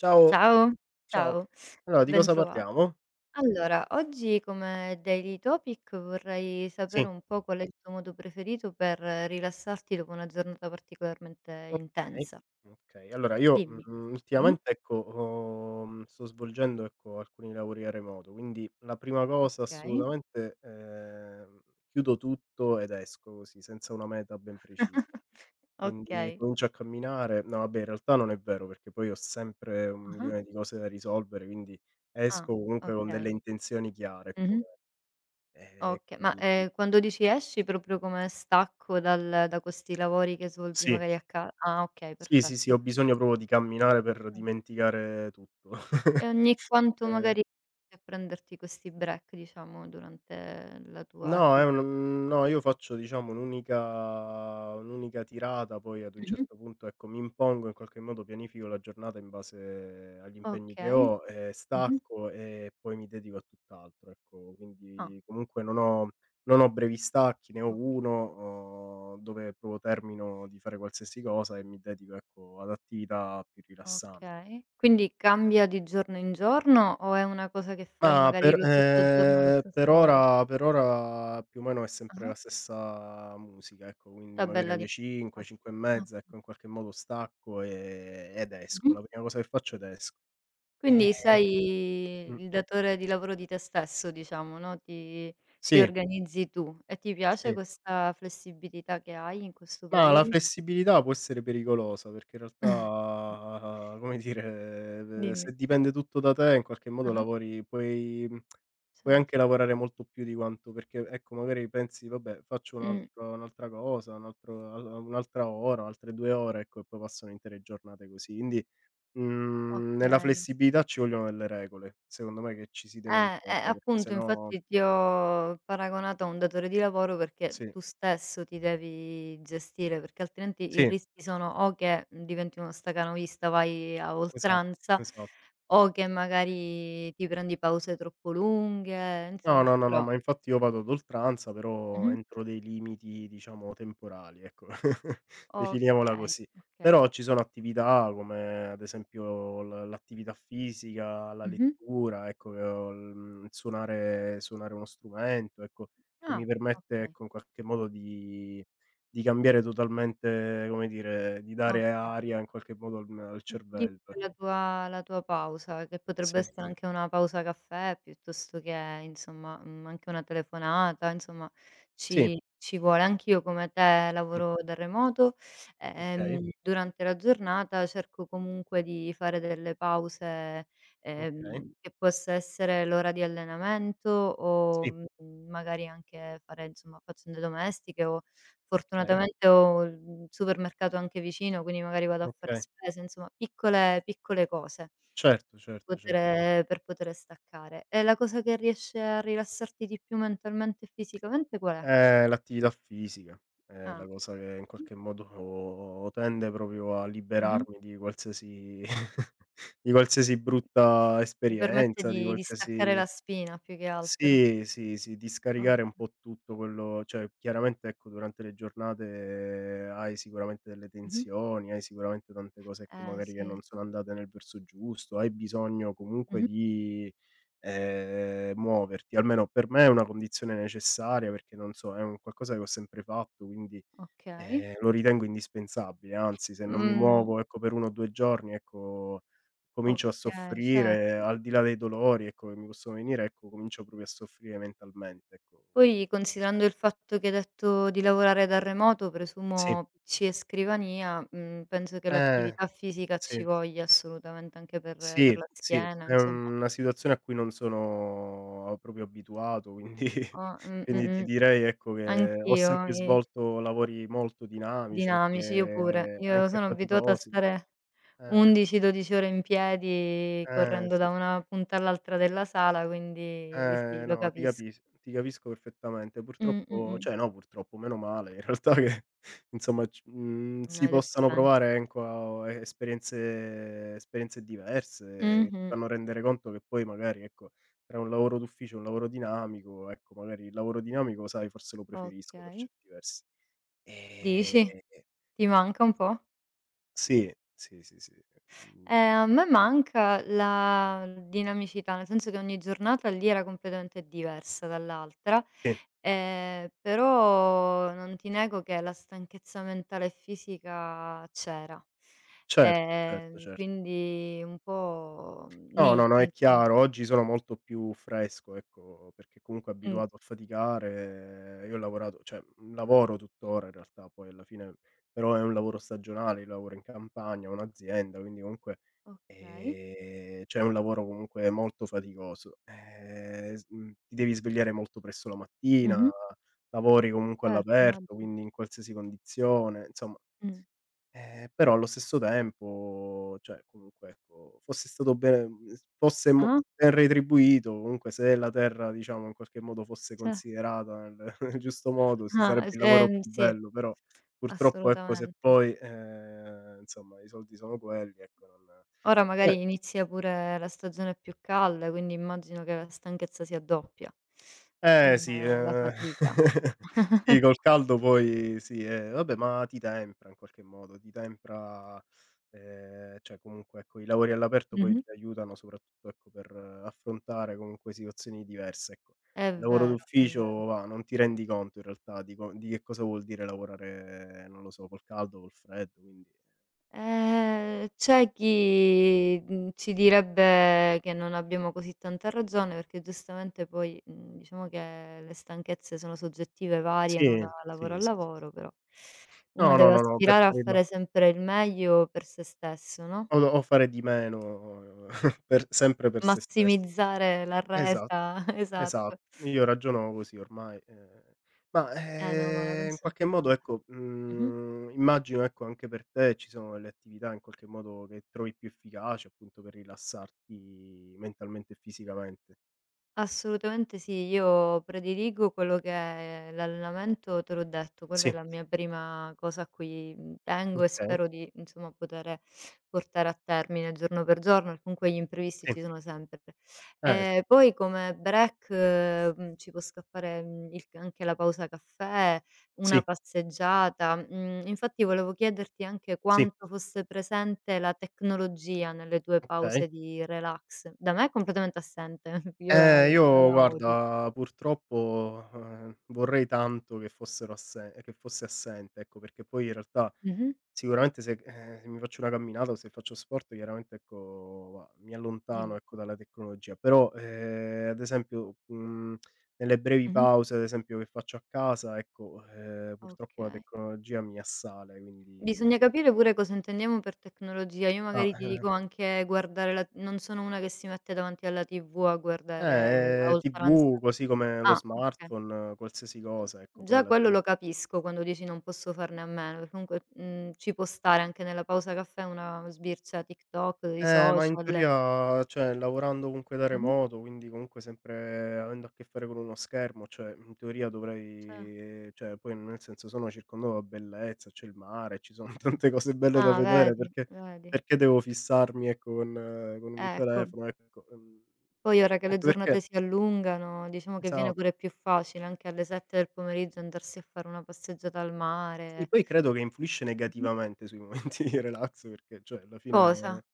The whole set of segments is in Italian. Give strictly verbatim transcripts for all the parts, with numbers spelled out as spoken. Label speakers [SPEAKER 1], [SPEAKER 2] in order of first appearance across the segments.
[SPEAKER 1] Ciao,
[SPEAKER 2] Ciao,
[SPEAKER 1] ciao.
[SPEAKER 2] ciao,
[SPEAKER 1] Allora di cosa
[SPEAKER 2] bentrova.
[SPEAKER 1] parliamo?
[SPEAKER 2] Allora, oggi come daily topic vorrei sapere
[SPEAKER 1] Sì,
[SPEAKER 2] un po' qual è il tuo modo preferito per rilassarti dopo una giornata particolarmente
[SPEAKER 1] okay,
[SPEAKER 2] intensa.
[SPEAKER 1] okay. Allora io,
[SPEAKER 2] Dimmi.
[SPEAKER 1] mhmm,
[SPEAKER 2] Mh-mh.
[SPEAKER 1] ultimamente ecco, ho mhmm, sto svolgendo ecco, alcuni lavori a remoto, quindi la prima cosa
[SPEAKER 2] Okay.
[SPEAKER 1] assolutamente, ehm, chiudo tutto ed esco così, senza una meta ben precisa. Quindi
[SPEAKER 2] Okay.
[SPEAKER 1] comincio a camminare, no vabbè, in realtà non è vero, perché poi ho sempre un
[SPEAKER 2] Ah-ah.
[SPEAKER 1] milione di cose da risolvere, quindi
[SPEAKER 2] Ah,
[SPEAKER 1] esco comunque con
[SPEAKER 2] okay.
[SPEAKER 1] delle intenzioni chiare più o
[SPEAKER 2] Mh-mh.
[SPEAKER 1] meno. Ehm,
[SPEAKER 2] Oka ma,
[SPEAKER 1] quindi
[SPEAKER 2] ehm, quando dici esci proprio come stacco dal da questi lavori che svolgi
[SPEAKER 1] sì.
[SPEAKER 2] magari a ca ah, okay,
[SPEAKER 1] Sì, sì, sì,
[SPEAKER 2] perfetto.
[SPEAKER 1] ho bisogno proprio di camminare per dimenticare tutto.
[SPEAKER 2] E ogni quanto
[SPEAKER 1] Ehm,
[SPEAKER 2] magari riesci a prenderti questi break, diciamo, durante la tua
[SPEAKER 1] no, è
[SPEAKER 2] attività?
[SPEAKER 1] un no, io faccio diciamo un'unica un'unica tirata, poi ad un
[SPEAKER 2] Mh-mh.
[SPEAKER 1] certo punto, ecco, mi impongo in qualche modo, pianifico la giornata in base agli impegni che
[SPEAKER 2] Okay.
[SPEAKER 1] ho, ehm,
[SPEAKER 2] Mh-mh.
[SPEAKER 1] stacco e poi mi dedico a tutt'altro, ecco.
[SPEAKER 2] Ah,
[SPEAKER 1] Quindi comunque non ho non ho brevi stacchi, ne ho
[SPEAKER 2] okay,
[SPEAKER 1] uno, uhm, dove proprio termino di fare qualsiasi cosa e mi dedico, ecco, ad attività più rilassanti.
[SPEAKER 2] okay. Quindi cambia di giorno in giorno o è una cosa che fai
[SPEAKER 1] Ma
[SPEAKER 2] magari
[SPEAKER 1] per
[SPEAKER 2] lo stesso giorno alla
[SPEAKER 1] ehm, per
[SPEAKER 2] stessa ora?
[SPEAKER 1] ora per ora più o meno è sempre la
[SPEAKER 2] Ah-ah.
[SPEAKER 1] stessa musica, ecco, quindi magari
[SPEAKER 2] Tabella di
[SPEAKER 1] alle cinque,
[SPEAKER 2] ah.
[SPEAKER 1] cinque e
[SPEAKER 2] Ah.
[SPEAKER 1] mezza, ecco, in qualche modo stacco, ehm, ed esco.
[SPEAKER 2] Mh-mh.
[SPEAKER 1] La prima cosa che faccio ed esco.
[SPEAKER 2] Quindi
[SPEAKER 1] Eh. Mh.
[SPEAKER 2] sei il datore di lavoro di te stesso, diciamo, no, ti ti
[SPEAKER 1] Sì,
[SPEAKER 2] organizzi tu. E ti piace
[SPEAKER 1] sì.
[SPEAKER 2] questa flessibilità che hai in questo
[SPEAKER 1] Ma la
[SPEAKER 2] periodo?
[SPEAKER 1] flessibilità può essere pericolosa, perché in realtà, come dire, ehm, se
[SPEAKER 2] Dimmi.
[SPEAKER 1] dipende tutto da te in qualche modo
[SPEAKER 2] Ah-ah.
[SPEAKER 1] lavori puoi mhmm, puoi anche
[SPEAKER 2] Certo.
[SPEAKER 1] lavorare molto più di quanto perché ecco, magari pensi: "Vabbè, faccio un
[SPEAKER 2] Mh.
[SPEAKER 1] altro un'altra cosa, un altro al un'altra ora, altre due ore", ecco, e poi passano intere giornate così. Quindi, mhmm, nella
[SPEAKER 2] Okay.
[SPEAKER 1] flessibilità ci vogliono delle regole, secondo me, che ci si deve
[SPEAKER 2] Eh, eh,
[SPEAKER 1] imporre, perché se
[SPEAKER 2] appunto,
[SPEAKER 1] no.
[SPEAKER 2] infatti ti ho paragonato a un datore di lavoro perché
[SPEAKER 1] Sì,
[SPEAKER 2] tu stesso ti devi gestire, perché altrimenti i
[SPEAKER 1] sì,
[SPEAKER 2] rischi sono o che diventi uno staccanovista, vai a
[SPEAKER 1] esatto,
[SPEAKER 2] oltranza,
[SPEAKER 1] esatto.
[SPEAKER 2] o che magari ti prendi pause troppo lunghe,
[SPEAKER 1] No,
[SPEAKER 2] insomma,
[SPEAKER 1] no, no, no,
[SPEAKER 2] però
[SPEAKER 1] ma infatti io vado ad oltranza, però
[SPEAKER 2] mh-mh.
[SPEAKER 1] entro dei limiti diciamo temporali, ecco, definiamola
[SPEAKER 2] Okay,
[SPEAKER 1] così.
[SPEAKER 2] okay.
[SPEAKER 1] Però ci sono attività come ad esempio l l'attività fisica, la
[SPEAKER 2] Mh-mh.
[SPEAKER 1] lettura, ecco, che ho mhmm, suonare suonare uno strumento, ecco, che
[SPEAKER 2] Ah.
[SPEAKER 1] mi permette,
[SPEAKER 2] Okay,
[SPEAKER 1] ecco, in qualche modo di di cambiare totalmente, come dire, di dare
[SPEAKER 2] okay.
[SPEAKER 1] aria in qualche modo al al
[SPEAKER 2] Gli
[SPEAKER 1] cervello,
[SPEAKER 2] fai
[SPEAKER 1] ecco.
[SPEAKER 2] la tua la tua pausa, che potrebbe
[SPEAKER 1] Sì,
[SPEAKER 2] essere sì, anche una pausa caffè, piuttosto che insomma, mhmm, anche una telefonata, insomma
[SPEAKER 1] sì,
[SPEAKER 2] ci ci vuole. Anch'io come te
[SPEAKER 1] sì,
[SPEAKER 2] lavoro da remoto,
[SPEAKER 1] okay,
[SPEAKER 2] ehm, durante la giornata cerco comunque di fare delle pause.
[SPEAKER 1] okay,
[SPEAKER 2] Ehm, che possa essere l'ora di allenamento o,
[SPEAKER 1] sì,
[SPEAKER 2] mhmm, magari anche fare insomma faccende domestiche o
[SPEAKER 1] okay,
[SPEAKER 2] fortunatamente ho il, mhmm, supermercato anche vicino, quindi magari vado a fare
[SPEAKER 1] okay.
[SPEAKER 2] spesa, insomma piccole piccole cose
[SPEAKER 1] Certo, certo, cer
[SPEAKER 2] poter per poter staccare. E la cosa che riesce a rilassarti di più mentalmente e fisicamente qual è?
[SPEAKER 1] ehm, l'attività fisica è
[SPEAKER 2] Ah.
[SPEAKER 1] la cosa che in qualche modo tende proprio a
[SPEAKER 2] Mh-mh.
[SPEAKER 1] liberarmi di qualsiasi di qualsiasi brutta
[SPEAKER 2] Ti permette
[SPEAKER 1] esperienza, di
[SPEAKER 2] di di staccare
[SPEAKER 1] qualsiasi.
[SPEAKER 2] la spina più che altro.
[SPEAKER 1] Sì, sì, sì, di
[SPEAKER 2] Okay.
[SPEAKER 1] scaricare un po' tutto quello, cioè chiaramente ecco durante le giornate hai sicuramente delle
[SPEAKER 2] Mh-mh.
[SPEAKER 1] tensioni, hai sicuramente tante cose, ecco,
[SPEAKER 2] Eh
[SPEAKER 1] magari che
[SPEAKER 2] sì.
[SPEAKER 1] non sono andate nel verso giusto, hai bisogno comunque
[SPEAKER 2] Mh-mh.
[SPEAKER 1] di ehm, muoverti. Almeno per me è una condizione necessaria perché, non so, è un qualcosa che ho sempre fatto, quindi,
[SPEAKER 2] Okay.
[SPEAKER 1] ehm, lo ritengo indispensabile. Anzi, se non mi
[SPEAKER 2] Mh,
[SPEAKER 1] muovo, ecco, per uno o due giorni, ecco, comincio a
[SPEAKER 2] okay,
[SPEAKER 1] soffrire,
[SPEAKER 2] certo.
[SPEAKER 1] al di là dei dolori, ecco, che mi possono venire, ecco, comincio proprio a soffrire mentalmente, ecco, quindi
[SPEAKER 2] Poi, considerando il fatto che hai detto di lavorare da remoto,
[SPEAKER 1] sì.
[SPEAKER 2] presumo P C e scrivania, mhmm, penso che
[SPEAKER 1] Eh,
[SPEAKER 2] l'attività fisica
[SPEAKER 1] sì.
[SPEAKER 2] ci voglia assolutamente anche per per
[SPEAKER 1] Sì,
[SPEAKER 2] la
[SPEAKER 1] sì,
[SPEAKER 2] schiena,
[SPEAKER 1] è
[SPEAKER 2] insomma.
[SPEAKER 1] una situazione a cui non sono eh, proprio abituato, quindi.
[SPEAKER 2] Oh, mh,
[SPEAKER 1] Quindi ti
[SPEAKER 2] mh, mh.
[SPEAKER 1] direi, ecco, che ho
[SPEAKER 2] Anch'io,
[SPEAKER 1] sempre
[SPEAKER 2] i
[SPEAKER 1] svolto lavori molto dinamici,
[SPEAKER 2] dinamici, io pure.
[SPEAKER 1] anche
[SPEAKER 2] Io
[SPEAKER 1] anche
[SPEAKER 2] sono abituata a
[SPEAKER 1] faticosi, ecco.
[SPEAKER 2] stare
[SPEAKER 1] Eh,
[SPEAKER 2] undici, dodici ore in piedi
[SPEAKER 1] eh,
[SPEAKER 2] correndo
[SPEAKER 1] sì.
[SPEAKER 2] da una punta all'altra della sala, quindi
[SPEAKER 1] Eh,
[SPEAKER 2] sì, lo
[SPEAKER 1] no, ti
[SPEAKER 2] capisco.
[SPEAKER 1] capis ti capisco perfettamente.
[SPEAKER 2] Mh, mh,
[SPEAKER 1] Purtroppo,
[SPEAKER 2] mh.
[SPEAKER 1] cioè no, purtroppo, meno male in realtà, che insomma c mhmm, si
[SPEAKER 2] Hai detto
[SPEAKER 1] possano
[SPEAKER 2] bene.
[SPEAKER 1] provare ecco a eh, esperienze esperienze diverse, che ti
[SPEAKER 2] Mh-mh.
[SPEAKER 1] fanno rendere conto che poi magari ecco, tra un lavoro d'ufficio e un lavoro dinamico, ecco magari il lavoro dinamico sai forse lo preferisco per
[SPEAKER 2] Okay.
[SPEAKER 1] certi versi. Ehm,
[SPEAKER 2] Dici? Ti manca un po'?
[SPEAKER 1] sì, sì, sì, sì.
[SPEAKER 2] Eh,
[SPEAKER 1] Mhmm,
[SPEAKER 2] a me manca la dinamicità, nel senso che ogni giornata lì era completamente diversa dall'altra,
[SPEAKER 1] sì,
[SPEAKER 2] ehm, però non ti nego che la stanchezza mentale e fisica c'era.
[SPEAKER 1] certo, certo,
[SPEAKER 2] Ehm,
[SPEAKER 1] certo.
[SPEAKER 2] quindi un po'
[SPEAKER 1] No,
[SPEAKER 2] nì,
[SPEAKER 1] no, no, è
[SPEAKER 2] nel sen
[SPEAKER 1] chiaro. Oggi sono molto più fresco, ecco, perché comunque
[SPEAKER 2] mh,
[SPEAKER 1] abituato a faticare. eh, Io ho lavorato, cioè, mhmm, lavoro tuttora in realtà, poi alla fine però è un lavoro stagionale, io lavoro in campagna, ho un'azienda, quindi comunque,
[SPEAKER 2] okay.
[SPEAKER 1] ehm, cioè è un lavoro comunque molto faticoso. Ehm, s mhmm, ti devi svegliare molto presto la mattina,
[SPEAKER 2] Mh-mh.
[SPEAKER 1] lavori comunque
[SPEAKER 2] Certo,
[SPEAKER 1] all'aperto,
[SPEAKER 2] immagino.
[SPEAKER 1] quindi in qualsiasi condizione, insomma
[SPEAKER 2] Mh.
[SPEAKER 1] eh, però allo stesso tempo, cioè comunque ecco, fosse stato bene, mhmm, s fosse mo
[SPEAKER 2] Ah?
[SPEAKER 1] ben retribuito, comunque se la terra diciamo in qualche modo fosse
[SPEAKER 2] Ce
[SPEAKER 1] considerata nel nel giusto modo, si sarebbe
[SPEAKER 2] ah,
[SPEAKER 1] il lavoro
[SPEAKER 2] ehm,
[SPEAKER 1] più
[SPEAKER 2] sì,
[SPEAKER 1] bello, però purtroppo ecco se
[SPEAKER 2] assolutamente.
[SPEAKER 1] poi, ehm, insomma i soldi sono quelli, ecco non.
[SPEAKER 2] Ora
[SPEAKER 1] eh,
[SPEAKER 2] magari inizia pure la stagione più calda, quindi immagino che la stanchezza si addoppia,
[SPEAKER 1] Eh sì,
[SPEAKER 2] ehm, la
[SPEAKER 1] ehm,
[SPEAKER 2] fatica.
[SPEAKER 1] sì col caldo poi sì, ehm, vabbè, ma ti tempra in qualche modo, ti tempra ehm, cioè comunque ecco i lavori all'aperto poi
[SPEAKER 2] Mh-mh.
[SPEAKER 1] ti aiutano soprattutto ecco per affrontare comunque situazioni diverse, ecco.
[SPEAKER 2] È
[SPEAKER 1] Il lavoro
[SPEAKER 2] vero, è
[SPEAKER 1] d'ufficio
[SPEAKER 2] vero.
[SPEAKER 1] va, non ti rendi conto in realtà di co di che cosa vuol dire lavorare, non lo so, col caldo, col freddo, quindi
[SPEAKER 2] Ehm, c'è chi, mhmm, ci direbbe che non abbiamo così tanta ragione, perché giustamente poi, mhmm, diciamo che le stanchezze sono soggettive, variano
[SPEAKER 1] sì,
[SPEAKER 2] da lavoro a
[SPEAKER 1] sì, sì, sì.
[SPEAKER 2] lavoro, però uno
[SPEAKER 1] No, no,
[SPEAKER 2] deve
[SPEAKER 1] no, no, per
[SPEAKER 2] aspirare a
[SPEAKER 1] carità.
[SPEAKER 2] fare sempre il meglio per se stesso, no,
[SPEAKER 1] O o fare di meno per sempre per se stessi.
[SPEAKER 2] massimizzare la
[SPEAKER 1] Esa
[SPEAKER 2] resa
[SPEAKER 1] Esatto,
[SPEAKER 2] esatto.
[SPEAKER 1] io ragiono così ormai, ehm, ma,
[SPEAKER 2] Eh no, ma la
[SPEAKER 1] ehm, in
[SPEAKER 2] penso
[SPEAKER 1] qualche
[SPEAKER 2] anch'io
[SPEAKER 1] modo
[SPEAKER 2] come te.
[SPEAKER 1] ecco,
[SPEAKER 2] Mh-mh.
[SPEAKER 1] mhmm, immagino ecco anche per te ci sono delle attività in qualche modo che trovi più efficaci appunto per rilassarti mentalmente e fisicamente.
[SPEAKER 2] Assolutamente sì, io prediligo quello che è l'allenamento, te l'ho detto, quella è
[SPEAKER 1] Sì,
[SPEAKER 2] la mia prima cosa a cui, mhmm, tengo e
[SPEAKER 1] okay,
[SPEAKER 2] spero di, insomma, poter portare a termine giorno per giorno, e comunque gli imprevisti
[SPEAKER 1] sì,
[SPEAKER 2] ci sono sempre.
[SPEAKER 1] eh sì,
[SPEAKER 2] Ehm, poi come break, mhmm, ci può scappare, mhmm, il c anche la pausa caffè.
[SPEAKER 1] sì,
[SPEAKER 2] Una passeggiata. Mhmm, infatti volevo chiederti anche
[SPEAKER 1] sì,
[SPEAKER 2] quanto fosse presente la tecnologia nelle tue
[SPEAKER 1] okay.
[SPEAKER 2] pause di relax. Da me è completamente assente, io la
[SPEAKER 1] Eh,
[SPEAKER 2] la
[SPEAKER 1] io
[SPEAKER 2] la odio.
[SPEAKER 1] guarda purtroppo, ehm, vorrei tanto che fossero assen che fosse assente ecco, perché poi in realtà.
[SPEAKER 2] Mh-mh,
[SPEAKER 1] Sicuramente se ehm, se mi faccio una camminata o se faccio sport chiaramente ecco, mi allontano
[SPEAKER 2] dimmi.
[SPEAKER 1] ecco dalla tecnologia, però, ehm, ad esempio, mhmm, nelle brevi
[SPEAKER 2] Mh-mh,
[SPEAKER 1] pause ad esempio che faccio a casa ecco, ehm, purtroppo la
[SPEAKER 2] okay.
[SPEAKER 1] tecnologia mi assale, quindi
[SPEAKER 2] Bisogna capire pure cosa intendiamo per tecnologia. Io magari ti
[SPEAKER 1] ah,
[SPEAKER 2] dico anche guardare la non sono una che si mette davanti alla T V a guardare
[SPEAKER 1] eh,
[SPEAKER 2] la
[SPEAKER 1] eh, T V
[SPEAKER 2] oltranza
[SPEAKER 1] così come lo
[SPEAKER 2] ah, okay.
[SPEAKER 1] smartphone, qualsiasi cosa ecco, poi
[SPEAKER 2] Già
[SPEAKER 1] alla
[SPEAKER 2] quello
[SPEAKER 1] fine.
[SPEAKER 2] lo capisco quando dici: "Non posso farne a meno", perché comunque, mhmm, ci può stare anche nella pausa caffè una sbircia TikTok, i
[SPEAKER 1] Eh, ma in
[SPEAKER 2] social
[SPEAKER 1] teoria cioè, lavorando comunque da
[SPEAKER 2] mh-mh.
[SPEAKER 1] remoto, quindi comunque sempre avendo a che fare con uno schermo, cioè, in teoria
[SPEAKER 2] Ce
[SPEAKER 1] dovrei eh, cioè, poi nel senso sono circondato da bellezza, c'è il mare, ci sono tante cose belle da
[SPEAKER 2] ah,
[SPEAKER 1] vedere,
[SPEAKER 2] vedi,
[SPEAKER 1] perché
[SPEAKER 2] vedi.
[SPEAKER 1] perché devo fissarmi, ecco, con eh, con un
[SPEAKER 2] Ecco.
[SPEAKER 1] telefono, ecco, ehm,
[SPEAKER 2] Poi ora che le
[SPEAKER 1] anche perché
[SPEAKER 2] giornate si allungano, diciamo che viene
[SPEAKER 1] esa
[SPEAKER 2] pure più facile anche alle sette del pomeriggio andarsi a fare una passeggiata al
[SPEAKER 1] Sì,
[SPEAKER 2] mare.
[SPEAKER 1] poi credo che influisce
[SPEAKER 2] Mh-mh.
[SPEAKER 1] negativamente sui momenti di relax perché, cioè, alla fine,
[SPEAKER 2] Cosa?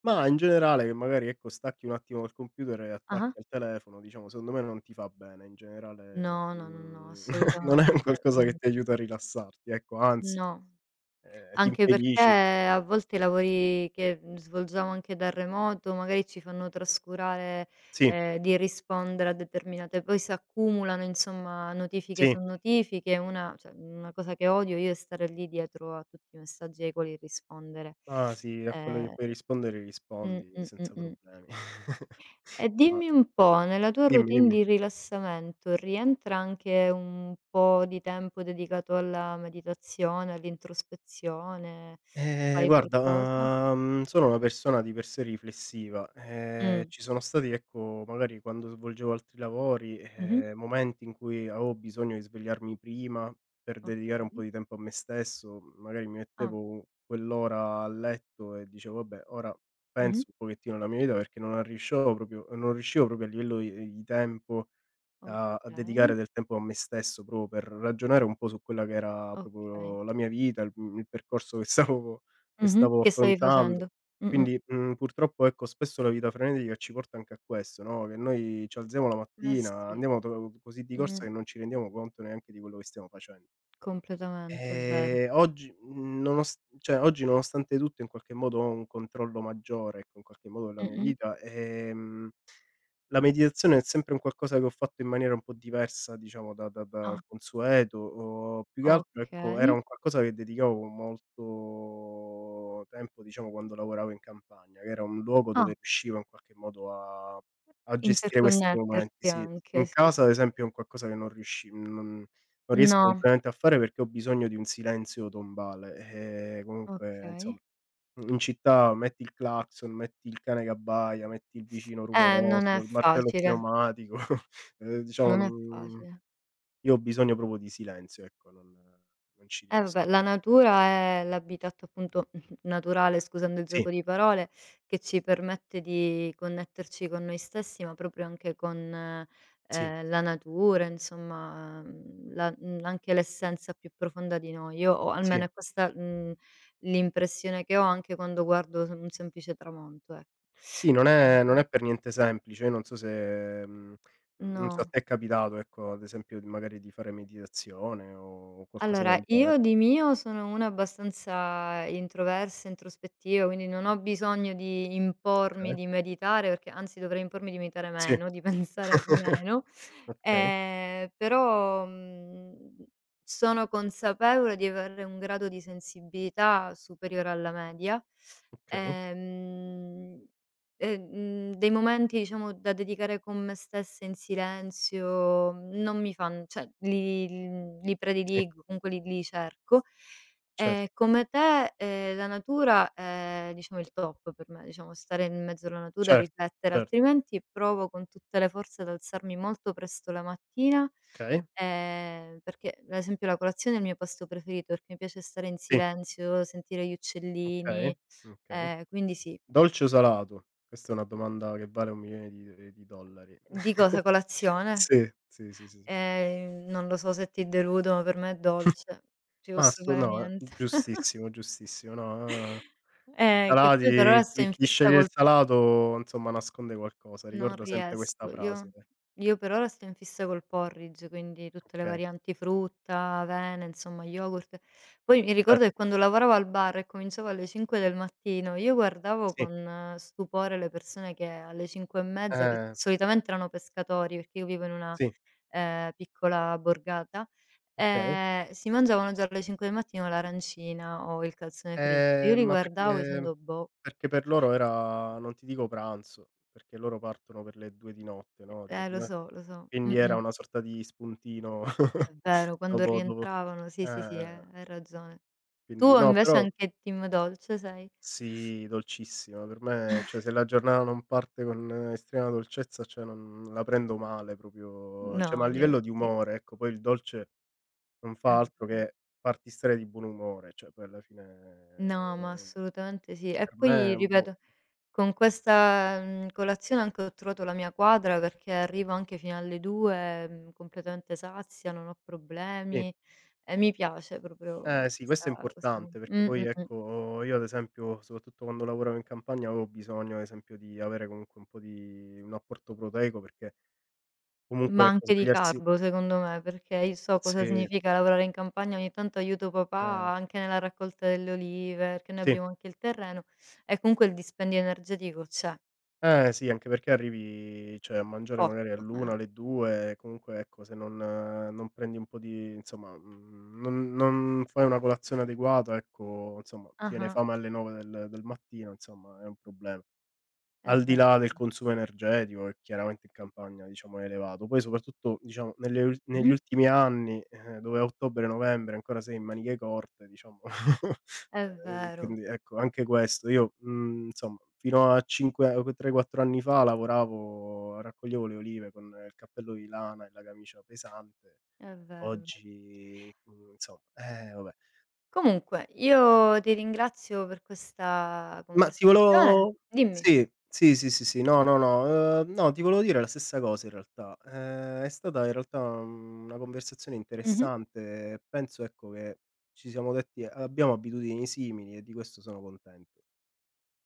[SPEAKER 1] ma in generale, che magari, ecco, stacchi un attimo dal computer e
[SPEAKER 2] Ah-ah.
[SPEAKER 1] attacchi al telefono, diciamo, secondo me non ti fa bene. In generale,
[SPEAKER 2] No, no, no, no,
[SPEAKER 1] mhmm, non è
[SPEAKER 2] assolutamente.
[SPEAKER 1] un qualcosa che ti
[SPEAKER 2] Mh-mh.
[SPEAKER 1] aiuta a rilassarti, ecco, anzi,
[SPEAKER 2] No.
[SPEAKER 1] ehm, ti
[SPEAKER 2] Anche perché
[SPEAKER 1] infeliciti.
[SPEAKER 2] eh, a volte i lavori che, mhmm, svolgiamo anche da remoto magari ci fanno trascurare,
[SPEAKER 1] Sì,
[SPEAKER 2] ehm, di rispondere a determinate, poi s'accumulano insomma notifiche
[SPEAKER 1] sì.
[SPEAKER 2] su notifiche, una cioè una cosa che odio io è stare lì dietro a tutti i messaggi ai quali rispondere.
[SPEAKER 1] Ah, sì, a quello che
[SPEAKER 2] Ehm
[SPEAKER 1] puoi rispondere
[SPEAKER 2] mh,
[SPEAKER 1] rispondi
[SPEAKER 2] mh, mh,
[SPEAKER 1] senza
[SPEAKER 2] mh.
[SPEAKER 1] problemi.
[SPEAKER 2] E
[SPEAKER 1] No.
[SPEAKER 2] dimmi un po', nella tua
[SPEAKER 1] Dimmi,
[SPEAKER 2] routine
[SPEAKER 1] dimmi.
[SPEAKER 2] di rilassamento rientra anche un po' di tempo dedicato alla meditazione, all'introspezione?
[SPEAKER 1] Ehm,
[SPEAKER 2] Fai qualcosa?
[SPEAKER 1] guarda, uhm, sono una persona di per sé riflessiva. Ehm,
[SPEAKER 2] Mh.
[SPEAKER 1] ci sono stati, ecco, magari quando svolgevo altri lavori,
[SPEAKER 2] Mh-mh.
[SPEAKER 1] ehm, momenti in cui avevo bisogno di svegliarmi prima per dedicare un po'
[SPEAKER 2] Okay.
[SPEAKER 1] di tempo a me stesso, magari mi
[SPEAKER 2] Ah.
[SPEAKER 1] mettevo quell'ora a letto e dicevo: "Vabbè, ora
[SPEAKER 2] Mh-mh.
[SPEAKER 1] penso un pochettino alla mia vita", perché non a riuscivo proprio non riuscivo proprio a livello i di tempo a a
[SPEAKER 2] Okay,
[SPEAKER 1] dedicare del tempo a me stesso, proprio per ragionare un po' su quella che era
[SPEAKER 2] okay.
[SPEAKER 1] proprio la mia vita, il mhmm, il percorso che stavo che
[SPEAKER 2] Mh-mh.
[SPEAKER 1] stavo
[SPEAKER 2] Che stavi
[SPEAKER 1] affrontando.
[SPEAKER 2] facendo? Mh-mh.
[SPEAKER 1] Quindi, mhmm, purtroppo, ecco, spesso la vita frenetica ci porta anche a questo, no, che noi ci alziamo la
[SPEAKER 2] Eh
[SPEAKER 1] mattina,
[SPEAKER 2] sì.
[SPEAKER 1] andiamo to così di corsa
[SPEAKER 2] Mh.
[SPEAKER 1] che non ci rendiamo conto neanche di quello che stiamo facen
[SPEAKER 2] Completamente, è vero.
[SPEAKER 1] Ehm, oggi nonost cioè oggi nonostante tutto in qualche modo ho un controllo maggiore, ecco, in qualche modo della mia
[SPEAKER 2] Mh-mh.
[SPEAKER 1] vita, ehm, la meditazione è sempre un qualcosa che ho fatto in maniera un po' diversa diciamo da da dal
[SPEAKER 2] Ah,
[SPEAKER 1] consueto, o più che altro, ecco, era
[SPEAKER 2] okay.
[SPEAKER 1] un qualcosa che dedicavo molto tempo, diciamo, quando lavoravo in campagna, che era un luogo dove
[SPEAKER 2] Ah,
[SPEAKER 1] riuscivo in qualche modo a a gestire questi momenti,
[SPEAKER 2] interconnetterti
[SPEAKER 1] sì.
[SPEAKER 2] anche,
[SPEAKER 1] In
[SPEAKER 2] sì, sì,
[SPEAKER 1] casa ad
[SPEAKER 2] sì.
[SPEAKER 1] esempio è un qualcosa che non riusci non non riesco
[SPEAKER 2] No,
[SPEAKER 1] completamente a fare perché ho bisogno di un silenzio tombale, ehm, comunque insomma,
[SPEAKER 2] okay.
[SPEAKER 1] in città metti il clacson, metti il cane che abbaia, metti il vicino
[SPEAKER 2] Eh, non
[SPEAKER 1] rumoroso,
[SPEAKER 2] è
[SPEAKER 1] il martello
[SPEAKER 2] facile,
[SPEAKER 1] pneumatico, ehm, diciamo
[SPEAKER 2] non è
[SPEAKER 1] non,
[SPEAKER 2] facile.
[SPEAKER 1] io ho bisogno proprio di silenzio, ecco, non non ci
[SPEAKER 2] Eh,
[SPEAKER 1] riesco.
[SPEAKER 2] vabbè, la natura è l'habitat appunto naturale, scusando il
[SPEAKER 1] Sì,
[SPEAKER 2] gioco di parole, che ci permette di connetterci con noi stessi, ma proprio anche con,
[SPEAKER 1] sì,
[SPEAKER 2] ehm, la natura, insomma, mhmm, la mhmm, anche l'essenza più profonda di noi. Io ho
[SPEAKER 1] sì.
[SPEAKER 2] almeno è questa, mhmm, l'impressione che ho anche quando guardo s un semplice tramonto, ecco.
[SPEAKER 1] Sì, non è non
[SPEAKER 2] Eh,
[SPEAKER 1] è per niente semplice. Io non so se mhmm, non so a
[SPEAKER 2] no.
[SPEAKER 1] te è capitato, ecco, ad esempio di magari di fare meditazione o qualcosa
[SPEAKER 2] Allora,
[SPEAKER 1] del genere?
[SPEAKER 2] io di mio sono una abbastanza introversa, introspettiva, quindi non ho bisogno di impormi
[SPEAKER 1] Okay.
[SPEAKER 2] di meditare, perché anzi dovrei impormi di meditare
[SPEAKER 1] Sì.
[SPEAKER 2] meno, di pensare meno,
[SPEAKER 1] Okay.
[SPEAKER 2] ehm, però, mhmm, sono consapevole di avere un grado di sensibilità superiore alla media,
[SPEAKER 1] Okay,
[SPEAKER 2] ehm Ehm, mhmm, dei momenti, diciamo, da dedicare con me stessa in silenzio non mi fan cioè li li li
[SPEAKER 1] sì,
[SPEAKER 2] prediligo, comunque li li cerco.
[SPEAKER 1] cer
[SPEAKER 2] E come te, ehm, la natura è, diciamo, il top per me, diciamo stare in mezzo alla natura,
[SPEAKER 1] cer
[SPEAKER 2] riflettere,
[SPEAKER 1] cer
[SPEAKER 2] altrimenti provo con tutte le forze ad alzarmi molto presto la mattina,
[SPEAKER 1] okay,
[SPEAKER 2] ehm, perché ad esempio la colazione è il mio pasto preferito, perché mi piace stare in
[SPEAKER 1] sì,
[SPEAKER 2] silenzio, sentire gli
[SPEAKER 1] okay,
[SPEAKER 2] uccellini,
[SPEAKER 1] okay.
[SPEAKER 2] ehm, quindi sì.
[SPEAKER 1] Dolce o salato? Questa è una domanda che vale un milione di ehm, di dollari.
[SPEAKER 2] Di cosa? Colazione?
[SPEAKER 1] Sì, sì, sì, sì.
[SPEAKER 2] Ehm, non lo so se ti deludo, ma per me è dolce. Non ci
[SPEAKER 1] Ma
[SPEAKER 2] posso
[SPEAKER 1] assu
[SPEAKER 2] fare
[SPEAKER 1] no, eh,
[SPEAKER 2] niente.
[SPEAKER 1] giustissimo, giustissimo. No, ehm, i
[SPEAKER 2] Eh, che poi per ora
[SPEAKER 1] salati,
[SPEAKER 2] sto
[SPEAKER 1] chi
[SPEAKER 2] in
[SPEAKER 1] chi
[SPEAKER 2] fissa
[SPEAKER 1] sceglie il
[SPEAKER 2] col
[SPEAKER 1] salato insomma nasconde qualcosa,
[SPEAKER 2] non
[SPEAKER 1] ricorda sempre questa
[SPEAKER 2] riesco.
[SPEAKER 1] frase.
[SPEAKER 2] Io io per ora sto in fissa col porridge, quindi tutte le
[SPEAKER 1] Okay,
[SPEAKER 2] varianti, frutta, avena, insomma yogurt. Poi mi
[SPEAKER 1] cer
[SPEAKER 2] ricordo che quando lavoravo al bar e cominciavo alle cinque del mattino, io guardavo
[SPEAKER 1] sì,
[SPEAKER 2] con stupore le persone che alle cinque e mezza, che
[SPEAKER 1] eh,
[SPEAKER 2] solitamente erano pescatori, perché io vivo in una
[SPEAKER 1] sì,
[SPEAKER 2] ehm, piccola borgata,
[SPEAKER 1] okay.
[SPEAKER 2] ehm, si mangiavano già alle cinque del mattino l'arancina o il calzone fritto. Io
[SPEAKER 1] Ehm,
[SPEAKER 2] li
[SPEAKER 1] ma
[SPEAKER 2] guardavo
[SPEAKER 1] perché
[SPEAKER 2] dicendo: "Boh".
[SPEAKER 1] perché per loro era non ti dico pranzo, perché loro partono per le due di notte, no, tre
[SPEAKER 2] Eh,
[SPEAKER 1] di
[SPEAKER 2] lo so,
[SPEAKER 1] notte,
[SPEAKER 2] lo so.
[SPEAKER 1] quindi era
[SPEAKER 2] Mh-mh.
[SPEAKER 1] una sorta di spuntino.
[SPEAKER 2] È vero, quando
[SPEAKER 1] dopo dopo
[SPEAKER 2] rientravano sì, sì, sì, hai
[SPEAKER 1] eh,
[SPEAKER 2] hai ragione.
[SPEAKER 1] quindi
[SPEAKER 2] Tu
[SPEAKER 1] no,
[SPEAKER 2] invece
[SPEAKER 1] però
[SPEAKER 2] anche team dolce sei?
[SPEAKER 1] sì, dolcissima. Per me cioè, se la giornata non parte con estrema dolcezza, cioè non la prendo male proprio,
[SPEAKER 2] No,
[SPEAKER 1] cioè ma a
[SPEAKER 2] io
[SPEAKER 1] livello di
[SPEAKER 2] sì,
[SPEAKER 1] umore, ecco, poi il dolce non fa
[SPEAKER 2] è
[SPEAKER 1] altro
[SPEAKER 2] ve.
[SPEAKER 1] che farti stare di buon umore, cioè poi alla fine,
[SPEAKER 2] No, ma
[SPEAKER 1] ehm,
[SPEAKER 2] assolutamente sì. E
[SPEAKER 1] per
[SPEAKER 2] poi
[SPEAKER 1] me boh
[SPEAKER 2] ripeto, con questa, mhmm, colazione anche ho trovato la mia quadra perché arrivo anche fino alle due, mhmm, completamente sazia, non ho
[SPEAKER 1] sì.
[SPEAKER 2] problemi e mi piace proprio
[SPEAKER 1] Eh sì, questo
[SPEAKER 2] questa
[SPEAKER 1] è
[SPEAKER 2] questa mh,
[SPEAKER 1] importante perché poi
[SPEAKER 2] mh, mh.
[SPEAKER 1] ecco, io ad esempio, soprattutto quando lavoravo in campagna, avevo bisogno ad esempio di avere comunque un po' di un apporto proteico perché
[SPEAKER 2] Ma
[SPEAKER 1] comunque ecco
[SPEAKER 2] anche di
[SPEAKER 1] svegliarsi
[SPEAKER 2] carbo, secondo me, perché io so cosa
[SPEAKER 1] sì,
[SPEAKER 2] significa lavorare in campagna, ogni tanto aiuto
[SPEAKER 1] eh,
[SPEAKER 2] papà anche nella raccolta delle olive, perché noi
[SPEAKER 1] sì.
[SPEAKER 2] abbiamo anche il terreno e comunque il dispendio energetico c'è,
[SPEAKER 1] Eh sì, anche perché arrivi cioè a mangiare magari
[SPEAKER 2] cotto,
[SPEAKER 1] all'una,
[SPEAKER 2] eh.
[SPEAKER 1] alle due, comunque ecco se non non prendi un po' di, insomma, mhmm, non non fai una colazione adeguata, ecco, insomma ti viene
[SPEAKER 2] Ah-ah,
[SPEAKER 1] fame alle nove del del mattino, insomma è un problema.
[SPEAKER 2] è
[SPEAKER 1] Al di
[SPEAKER 2] vero.
[SPEAKER 1] là del consumo energetico che chiaramente in campagna, diciamo, è elevato. Poi soprattutto, diciamo, nelle ul negli
[SPEAKER 2] Mh-mh.
[SPEAKER 1] ultimi anni, eh, dove a ottobre-novembre ancora sei in maniche corte, diciamo,
[SPEAKER 2] È
[SPEAKER 1] ehm,
[SPEAKER 2] vero,
[SPEAKER 1] quindi ecco anche questo. Io, mhmm, insomma, fino a cinque o tre, quattro anni fa lavoravo raccoglievo le olive con il cappello di lana e la camicia pesante.
[SPEAKER 2] è vero, è vero.
[SPEAKER 1] Oggi, mhmm, insomma, eh vabbè.
[SPEAKER 2] Comunque, io ti ringrazio per questa
[SPEAKER 1] Ma ti
[SPEAKER 2] conversazione,
[SPEAKER 1] volevo.
[SPEAKER 2] dimmi.
[SPEAKER 1] Sì, sì, sì, sì, sì, no, no, no, ehm, no, ti volevo dire la stessa cosa in realtà. Ehm, è stata in realtà una conversazione
[SPEAKER 2] Mh-mh.
[SPEAKER 1] interessante e penso, ecco, che ci siamo detti abbiamo abitudini simili e di questo sono contento.